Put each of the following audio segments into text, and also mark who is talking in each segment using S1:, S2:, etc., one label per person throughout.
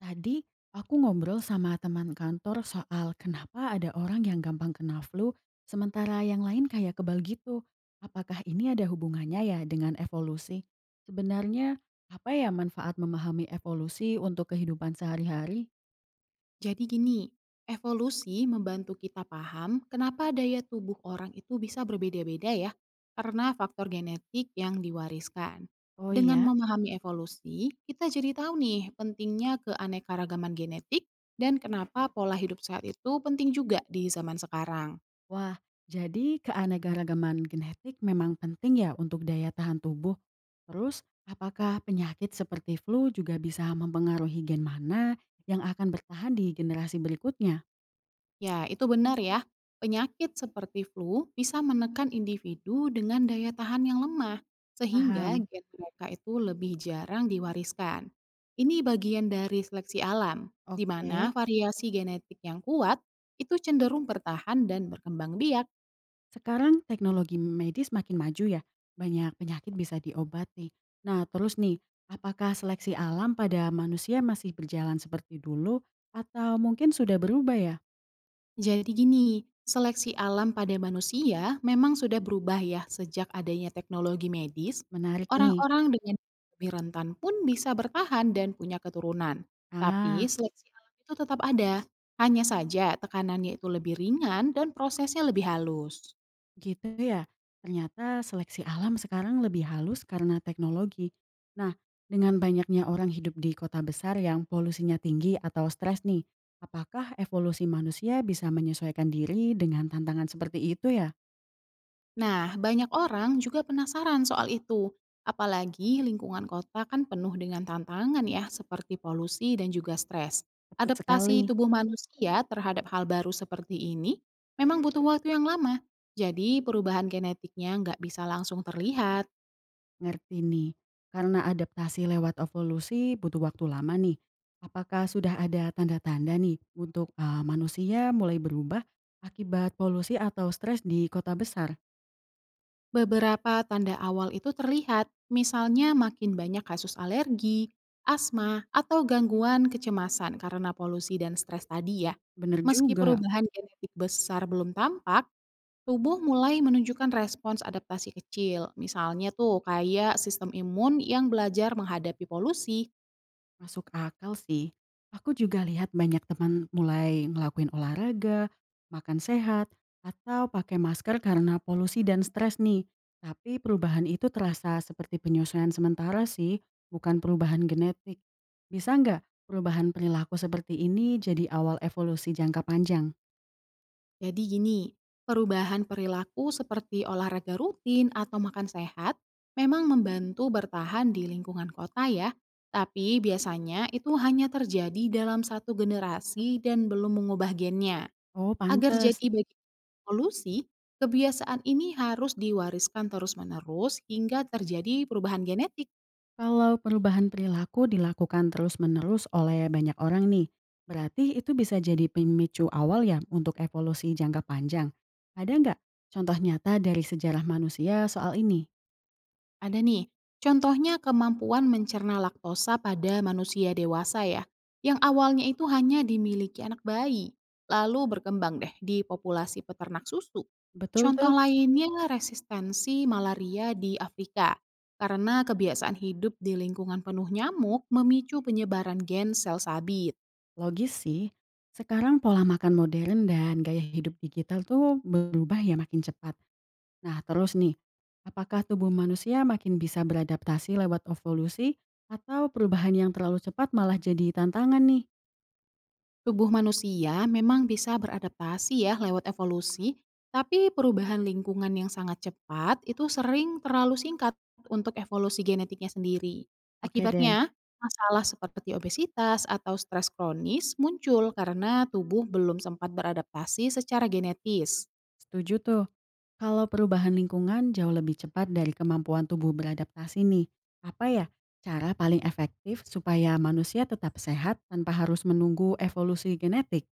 S1: Tadi aku ngobrol sama teman kantor soal kenapa ada orang yang gampang kena flu, sementara yang lain kayak kebal gitu. Apakah ini ada hubungannya ya dengan evolusi? Sebenarnya apa ya manfaat memahami evolusi untuk kehidupan sehari-hari?
S2: Jadi gini, evolusi membantu kita paham kenapa daya tubuh orang itu bisa berbeda-beda ya, karena faktor genetik yang diwariskan.
S1: Oh
S2: Dengan
S1: iya,
S2: memahami evolusi, kita jadi tahu nih pentingnya keanekaragaman genetik dan kenapa pola hidup sehat itu penting juga di zaman sekarang.
S1: wah, jadi keanekaragaman genetik memang penting ya untuk daya tahan tubuh. Terus apakah penyakit seperti flu juga bisa mempengaruhi gen mana yang akan bertahan di generasi berikutnya?
S2: Ya, itu benar ya. Penyakit seperti flu bisa menekan individu dengan daya tahan yang lemah, sehingga
S1: Paham.
S2: gen mereka itu lebih jarang diwariskan. Ini bagian dari seleksi alam, di
S1: Oke,
S2: mana variasi genetik yang kuat itu cenderung bertahan dan berkembang biak.
S1: sekarang teknologi medis makin maju ya, banyak penyakit bisa diobati. Nah, terus nih, apakah seleksi alam pada manusia masih berjalan seperti dulu atau mungkin sudah berubah ya?
S2: Jadi gini, seleksi alam pada manusia memang sudah berubah ya sejak adanya teknologi medis.
S1: Menarik nih.
S2: Orang-orang dengan lebih rentan pun bisa bertahan dan punya keturunan. Tapi
S1: Ah,
S2: seleksi alam itu tetap ada, hanya saja tekanannya itu lebih ringan dan prosesnya lebih halus.
S1: gitu ya. Ternyata seleksi alam sekarang lebih halus karena teknologi. Nah, dengan banyaknya orang hidup di kota besar yang polusinya tinggi atau stres nih, apakah evolusi manusia bisa menyesuaikan diri dengan tantangan seperti itu ya?
S2: Nah, banyak orang juga penasaran soal itu. Apalagi lingkungan kota kan penuh dengan tantangan ya, seperti polusi dan juga stres.
S1: Tepat sekali,
S2: Adaptasi tubuh manusia terhadap hal baru seperti ini memang butuh waktu yang lama. Jadi perubahan genetiknya nggak bisa langsung terlihat.
S1: ngerti nih. Karena adaptasi lewat evolusi butuh waktu lama nih. Apakah sudah ada tanda-tanda nih untuk manusia mulai berubah akibat polusi atau stres di kota besar?
S2: Beberapa tanda awal itu terlihat, misalnya makin banyak kasus alergi, asma, atau gangguan kecemasan karena polusi dan stres tadi ya.
S1: Bener
S2: Meski
S1: juga.
S2: perubahan genetik besar belum tampak, tubuh mulai menunjukkan respons adaptasi kecil, misalnya tuh kayak sistem imun yang belajar menghadapi polusi.
S1: Masuk akal sih. Aku juga lihat banyak teman mulai ngelakuin olahraga, makan sehat, atau pakai masker karena polusi dan stres nih. Tapi perubahan itu terasa seperti penyesuaian sementara sih, bukan perubahan genetik. Bisa nggak perubahan perilaku seperti ini jadi awal evolusi jangka panjang?
S2: Jadi gini, perubahan perilaku seperti olahraga rutin atau makan sehat memang membantu bertahan di lingkungan kota ya. Tapi biasanya itu hanya terjadi dalam satu generasi dan belum mengubah gennya.
S1: Oh,
S2: Agar
S1: pantas.
S2: jadi bagian polusi, kebiasaan ini harus diwariskan terus-menerus hingga terjadi perubahan genetik.
S1: Kalau perubahan perilaku dilakukan terus-menerus oleh banyak orang nih, berarti itu bisa jadi pemicu awal ya untuk evolusi jangka panjang. Ada nggak contoh nyata dari sejarah manusia soal ini?
S2: Ada nih, contohnya kemampuan mencerna laktosa pada manusia dewasa ya, yang awalnya itu hanya dimiliki anak bayi, lalu berkembang deh di populasi peternak susu.
S1: Betul
S2: Contoh
S1: tuh,
S2: lainnya resistensi malaria di Afrika, karena kebiasaan hidup di lingkungan penuh nyamuk memicu penyebaran gen sel sabi.
S1: logis sih. Sekarang pola makan modern dan gaya hidup digital tuh berubah ya makin cepat. Nah terus nih, apakah tubuh manusia makin bisa beradaptasi lewat evolusi atau perubahan yang terlalu cepat malah jadi tantangan nih?
S2: Tubuh manusia memang bisa beradaptasi ya lewat evolusi, tapi perubahan lingkungan yang sangat cepat itu sering terlalu singkat untuk evolusi genetiknya sendiri.
S1: Oke deh,
S2: Akibatnya, masalah seperti obesitas atau stres kronis muncul karena tubuh belum sempat beradaptasi secara genetis.
S1: setuju tuh. Kalau perubahan lingkungan jauh lebih cepat dari kemampuan tubuh beradaptasi nih, apa ya cara paling efektif supaya manusia tetap sehat tanpa harus menunggu evolusi genetik?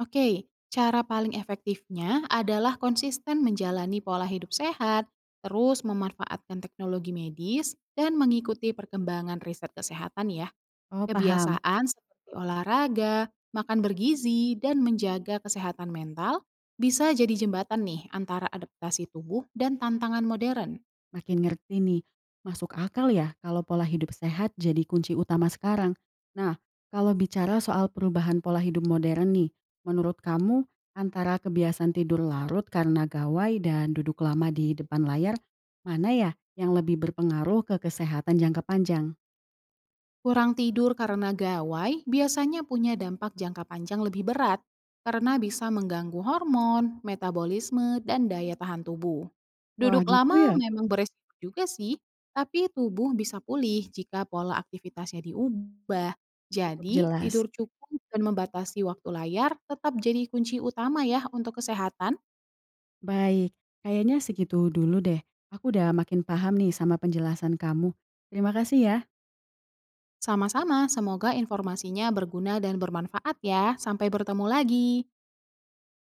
S2: Oke, cara paling efektifnya adalah konsisten menjalani pola hidup sehat, terus memanfaatkan teknologi medis, dan mengikuti perkembangan riset kesehatan ya.
S1: Oh paham,
S2: Kebiasaan seperti olahraga, makan bergizi, dan menjaga kesehatan mental bisa jadi jembatan nih antara adaptasi tubuh dan tantangan modern.
S1: makin ngerti nih. Masuk akal ya kalau pola hidup sehat jadi kunci utama sekarang. Nah, kalau bicara soal perubahan pola hidup modern nih, menurut kamu antara kebiasaan tidur larut karena gawai dan duduk lama di depan layar, mana ya yang lebih berpengaruh ke kesehatan jangka panjang?
S2: Kurang tidur karena gawai biasanya punya dampak jangka panjang lebih berat karena bisa mengganggu hormon, metabolisme, dan daya tahan tubuh.
S1: Wah,
S2: Duduk
S1: gitu
S2: lama
S1: ya?
S2: memang beresiko juga sih, tapi tubuh bisa pulih jika pola aktivitasnya diubah.
S1: Cukup
S2: Jadi,
S1: jelas.
S2: tidur cukup dan membatasi waktu layar tetap jadi kunci utama ya untuk kesehatan.
S1: Baik, kayaknya segitu dulu deh. Aku udah makin paham nih sama penjelasan kamu. Terima kasih ya
S2: Sama-sama, semoga informasinya berguna dan bermanfaat ya. Sampai bertemu lagi.